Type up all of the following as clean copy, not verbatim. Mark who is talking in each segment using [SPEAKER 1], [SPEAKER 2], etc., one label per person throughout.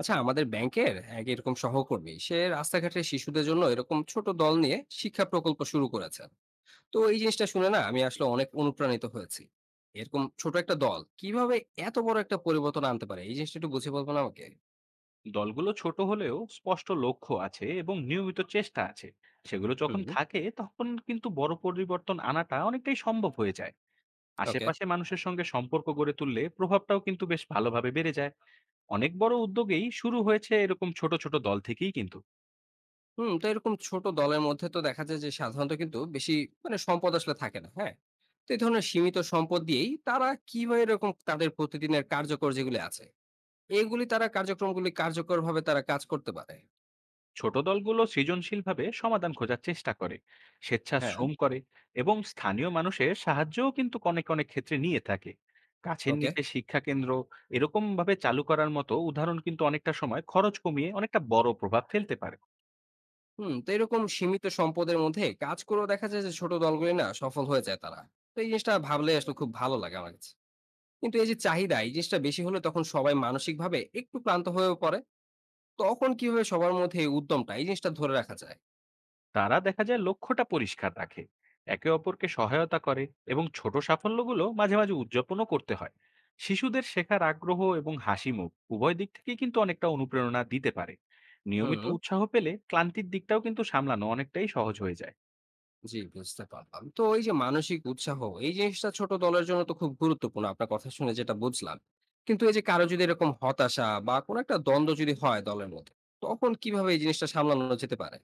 [SPEAKER 1] আচ্ছা, আমাদের ব্যাংকের এক এরকম সহকর্মী সে রাস্তাঘাটে শিশুদের জন্য এরকম ছোট দল নিয়ে শিক্ষা প্রকল্প শুরু করেছেন। তো এই জিনিসটা শুনে না আমি আসলে অনেক অনুপ্রাণিত হয়েছি। এরকম ছোট একটা দল কিভাবে এত বড় একটা পরিবর্তন আনতে পারে, এই জিনিসটা একটু বুঝে বলবো না আমাকে?
[SPEAKER 2] দলগুলো ছোট হলেও স্পষ্ট লক্ষ্য আছে এবং নিয়মিত চেষ্টা আছে। সেগুলো যখন
[SPEAKER 1] হুম।
[SPEAKER 2] থাকে তখন কিন্তু বড় পরিবর্তন আনাটা অনেকটাই সম্ভব হয়ে যায়।
[SPEAKER 1] ওকে।
[SPEAKER 2] আশেপাশে মানুষের সঙ্গে সম্পর্ক গড়ে তুললে প্রভাবটাও কিন্তু বেশ ভালোভাবে বেড়ে যায়। অনেক বড় উদ্যোগেই শুরু হয়েছে এরকম ছোট ছোট দল থেকেই কিন্তু।
[SPEAKER 1] হুম, তো এরকম ছোট দলের মধ্যে তো দেখা যায় যে সাধারণত কিন্তু বেশি মানে সম্পদ আসলে থাকে না। হ্যাঁ, তো এই ধরনের সীমিত সম্পদ দিয়েই তারা কিভাবে এরকম তাদের প্রতিদিনের কার্যকর যেগুলি আছে এগুলি তারা কার্যক্রমগুলি কার্যকরভাবে তারা কাজ করতে পারে?
[SPEAKER 2] ছোট দলগুলো সৃজনশীলভাবে সমাধান খোঁজার চেষ্টা করে,
[SPEAKER 1] হ্যাঁ।
[SPEAKER 2] স্বেচ্ছাশ্রম করে এবং স্থানীয় মানুষের সাহায্যও কিন্তু অনেক অনেক ক্ষেত্রে নিয়ে থাকে। কাছের
[SPEAKER 1] ওকে।
[SPEAKER 2] নিচে শিক্ষা কেন্দ্র এরকম ভাবে চালু করার মতো উদাহরণ কিন্তু অনেকটা সময় খরচ কমিয়ে অনেকটা বড় প্রভাব ফেলতে পারে।
[SPEAKER 1] হুম, তো এরকম সীমিত সম্পদের মধ্যে কাজ করেও দেখা যায় যে ছোট দলগুলি না সফল হয়ে যায় তারা। তো এই জিনিসটা ভাবলে আসলে খুব ভালো লাগে আমার কাছে। কিন্তু এই যে চাহিদা, এই জিনিসটা বেশি হলে তখন সবাই মানসিক ভাবে একটু ক্লান্ত হয়ে পড়ে। তখন কিভাবে সবার মধ্যে এই উদ্যমটা এই জিনিসটা ধরে রাখা যায়?
[SPEAKER 2] তারা দেখা যায় লক্ষ্যটা পরিষ্কার রাখে, একে অপরকে সহায়তা করে এবং ছোট সাফল্যগুলো মাঝে মাঝে উদযাপনও করতে হয়। শিশুদের শেখার আগ্রহ এবং হাসি মুখ উভয় দিক থেকেই কিন্তু অনেকটা অনুপ্রেরণা দিতে পারে। নিয়মিত
[SPEAKER 1] হুম।
[SPEAKER 2] উৎসাহ পেলে ক্লান্তির দিকটাও কিন্তু সামলানো অনেকটাই সহজ হয়ে যায়।
[SPEAKER 1] জি, বুঝতে পারলাম। তো এই যে মানসিক উৎসাহ, এই জিনিসটা ছোট দলের জন্য তো খুব গুরুত্বপূর্ণ আপনার কথা শুনে যেটা বুঝলাম। কিন্তু এই যে কারো যদি এরকম হতাশা বা কোনো একটা দ্বন্দ্ব যদি হয় দলের মধ্যে, তখন কিভাবে এই জিনিসটা সামলানো যেতে পারে?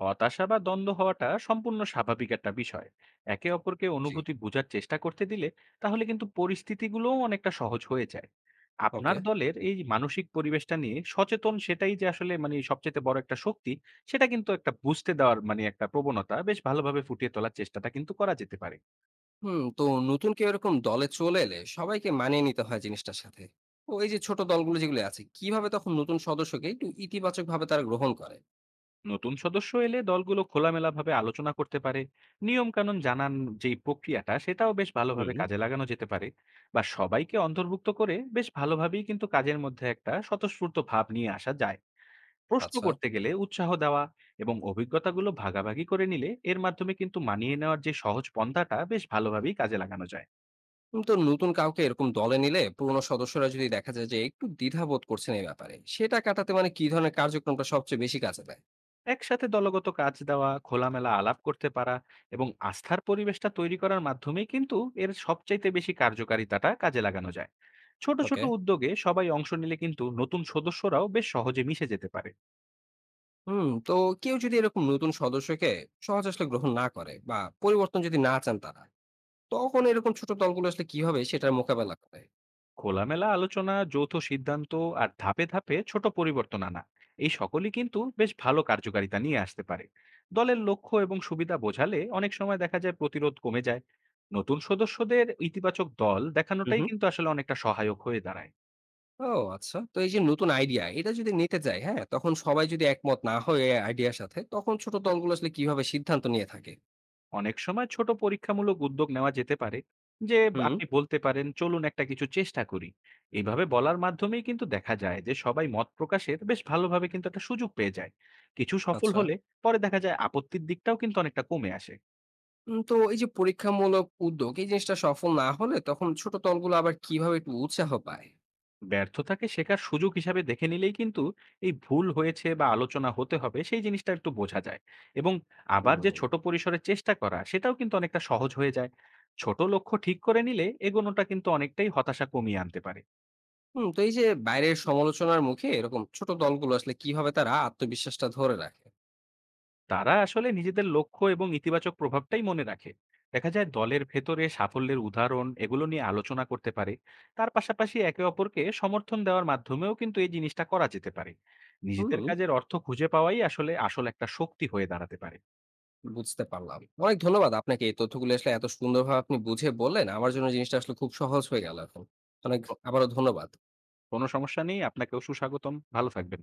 [SPEAKER 2] হতাশা বা দ্বন্দ্ব হওয়াটা সম্পূর্ণ স্বাভাবিক একটা বিষয়। একে অপরকে
[SPEAKER 1] জি।
[SPEAKER 2] অনুভূতি বোঝার চেষ্টা করতে দিলে তাহলে কিন্তু পরিস্থিতিগুলোও অনেকটা সহজ হয়ে যায়। আপনার
[SPEAKER 1] ওকে।
[SPEAKER 2] দলের এই মানসিক পরিবেশটা নিয়ে সচেতন সেটাই যে আসলে মানে সবচেয়ে বড় একটা শক্তি। সেটা কিন্তু একটা বুঝতে দেওয়ার মানে একটা প্রবণতা বেশ ভালোভাবে ফুটিয়ে তোলার চেষ্টাটা কিন্তু করা যেতে পারে।
[SPEAKER 1] হুম, তো নতুন কেউ এরকম দলে চলে এলে সবাইকে মানিয়ে নিতে হয় জিনিসটার সাথে। তো এই যে ছোট দলগুলো যেগুলো আছে, কিভাবে তখন নতুন সদস্যকে একটু ইতিবাচক ভাবে তারা গ্রহণ করে?
[SPEAKER 2] নতুন সদস্য এলে দলগুলো খোলামেলাভাবে আলোচনা করতে পারে, নিয়ম কানুন জানান, যেই প্রক্রিয়াটা সেটাও বেশ ভালোভাবে
[SPEAKER 1] হুম।
[SPEAKER 2] কাজে লাগানো যেতে পারে। বা সবাইকে অন্তর্ভুক্ত করে বেশ ভালোভাবেই কিন্তু কাজের মধ্যে একটা স্বতঃস্ফূর্ত ভাব নিয়ে আসা যায়। প্রশ্ন
[SPEAKER 1] আচ্ছা।
[SPEAKER 2] করতে গেলে উৎসাহ দেওয়া এবং অভিজ্ঞতাগুলো ভাগাভাগি করে নিলে এর মাধ্যমে কিন্তু মানিয়ে নেওয়ার যে সহজ পন্থাটা বেশ ভালোভাবেই কাজে লাগানো যায়।
[SPEAKER 1] তো নতুন কাউকে এরকম দলে নিলে পুরোনো সদস্যরা যদি দেখা যায় যে একটু দ্বিধাবোধ করছেন এই ব্যাপারে, সেটা কাটাতে মানে কি ধরনের কার্যক্রমটা সবচেয়ে বেশি কাজে দেয়?
[SPEAKER 2] একসাথে দলগত কাজ দেওয়া, খোলামেলা আলাপ করতে পারা এবং আস্থার পরিবেশটা তৈরি করার মাধ্যমেই কিন্তু এর সবচাইতে বেশি কার্যকারিতাটা কাজে লাগানো যায়। ছোট ছোট
[SPEAKER 1] ওকে।
[SPEAKER 2] উদ্যোগে সবাই অংশ নিলে কিন্তু নতুন সদস্যরাও বেশ সহজে মিশে যেতে পারে।
[SPEAKER 1] হুম, তো কেউ যদি এরকম নতুন সদস্যকে সহজ আসলে গ্রহণ না করে বা পরিবর্তন যদি না চান তারা, তখন এরকম ছোট দলগুলো আসলে কিভাবে সেটার মোকাবেলা করে?
[SPEAKER 2] খোলামেলা আলোচনা, যৌথ সিদ্ধান্ত আর ধাপে ধাপে ছোট পরিবর্তন আনা, এই সকলই কিন্তু বেশ ভালো কার্যকারিতা নিয়ে আসতে পারে। দলের লক্ষ্য এবং সুবিধা বোঝালে অনেক সময় দেখা যায় প্রতিরোধ কমে যায়। নতুন সদস্যদের ইতিবাচক দল দেখানোটাই কিন্তু আসলে অনেকটা সহায়ক হয়ে দাঁড়ায়।
[SPEAKER 1] ও আচ্ছা। তো এই যে নতুন আইডিয়া, এটা যদি নিতে যাই, হ্যাঁ? তখন সবাই যদি একমত না হয় এই আইডিয়ার সাথে, তখন ছোট দলগুলো আসলে কিভাবে সিদ্ধান্ত নিয়ে থাকে?
[SPEAKER 2] অনেক সময় ছোট পরীক্ষামূলক উদ্যোগ নেওয়া যেতে পারে যে
[SPEAKER 1] হুম।
[SPEAKER 2] আপনি বলতে পারেন চলুন একটা কিছু চেষ্টা করি। এইভাবে বলার মাধ্যমেই কিন্তু দেখা যায় যে সবাই মত প্রকাশের বেশ ভালোভাবে কিন্তু একটা সুযোগ পেয়ে যায়। কিছু সফল
[SPEAKER 1] আচ্ছা।
[SPEAKER 2] হলে পরে দেখা যায় আপত্তির দিকটাও কিন্তু অনেকটা কমে আসে।
[SPEAKER 1] তো এই যে পরীক্ষামূলক উদ্যোগ, এই জিনিসটা সফল না হলে তখন ছোট দলগুলো আবার কিভাবে একটু উৎসাহ পায়?
[SPEAKER 2] ব্যর্থতাকে শেখার সুযোগ হিসাবে দেখে নিলেই কিন্তু এই ভুল হয়েছে বা আলোচনা হতে হবে সেই জিনিসটা একটু বোঝা যায়। এবং আবার যে
[SPEAKER 1] হুম।
[SPEAKER 2] ছোট পরিসরে চেষ্টা করা সেটাও কিন্তু অনেকটা সহজ হয়ে যায়। ছোট লক্ষ্য ঠিক করে নিলে এগোনোটা কিন্তু অনেকটাই হতাশা কমিয়ে আনতে পারে।
[SPEAKER 1] হুম, তো এই যে বাইরের সমালোচনার মুখে এরকম ছোট দলগুলো আসলে কিভাবে তারা আত্মবিশ্বাসটা ধরে রাখে?
[SPEAKER 2] তারা আসলে নিজেদের লক্ষ্য এবং ইতিবাচক প্রভাবটাই মনে রাখে। দেখা যায় দলের ভেতরে সাফল্যের উদাহরণ এগুলো নিয়ে আলোচনা করতে পারে। তার পাশাপাশি একে অপরকে সমর্থন দেওয়ার মাধ্যমেও কিন্তু এই জিনিসটা করা যেতে পারে। নিজেদের
[SPEAKER 1] হুম।
[SPEAKER 2] কাজের অর্থ খুঁজে পাওয়াই আসলে আসল একটা শক্তি হয়ে দাঁড়াতে পারে।
[SPEAKER 1] বুঝতে পারলাম। অনেক ধন্যবাদ আপনাকে। এই তথ্যগুলো আসলে এত সুন্দরভাবে আপনি বুঝিয়ে বললেন। আমার জন্য জিনিসটা আসলে খুব সহজ হয়ে গেল এখন। অনেক
[SPEAKER 2] তো
[SPEAKER 1] আবারও ধন্যবাদ।
[SPEAKER 2] কোনো সমস্যা নেই, আপনাকেও সুস্বাগতম, ভালো থাকবেন।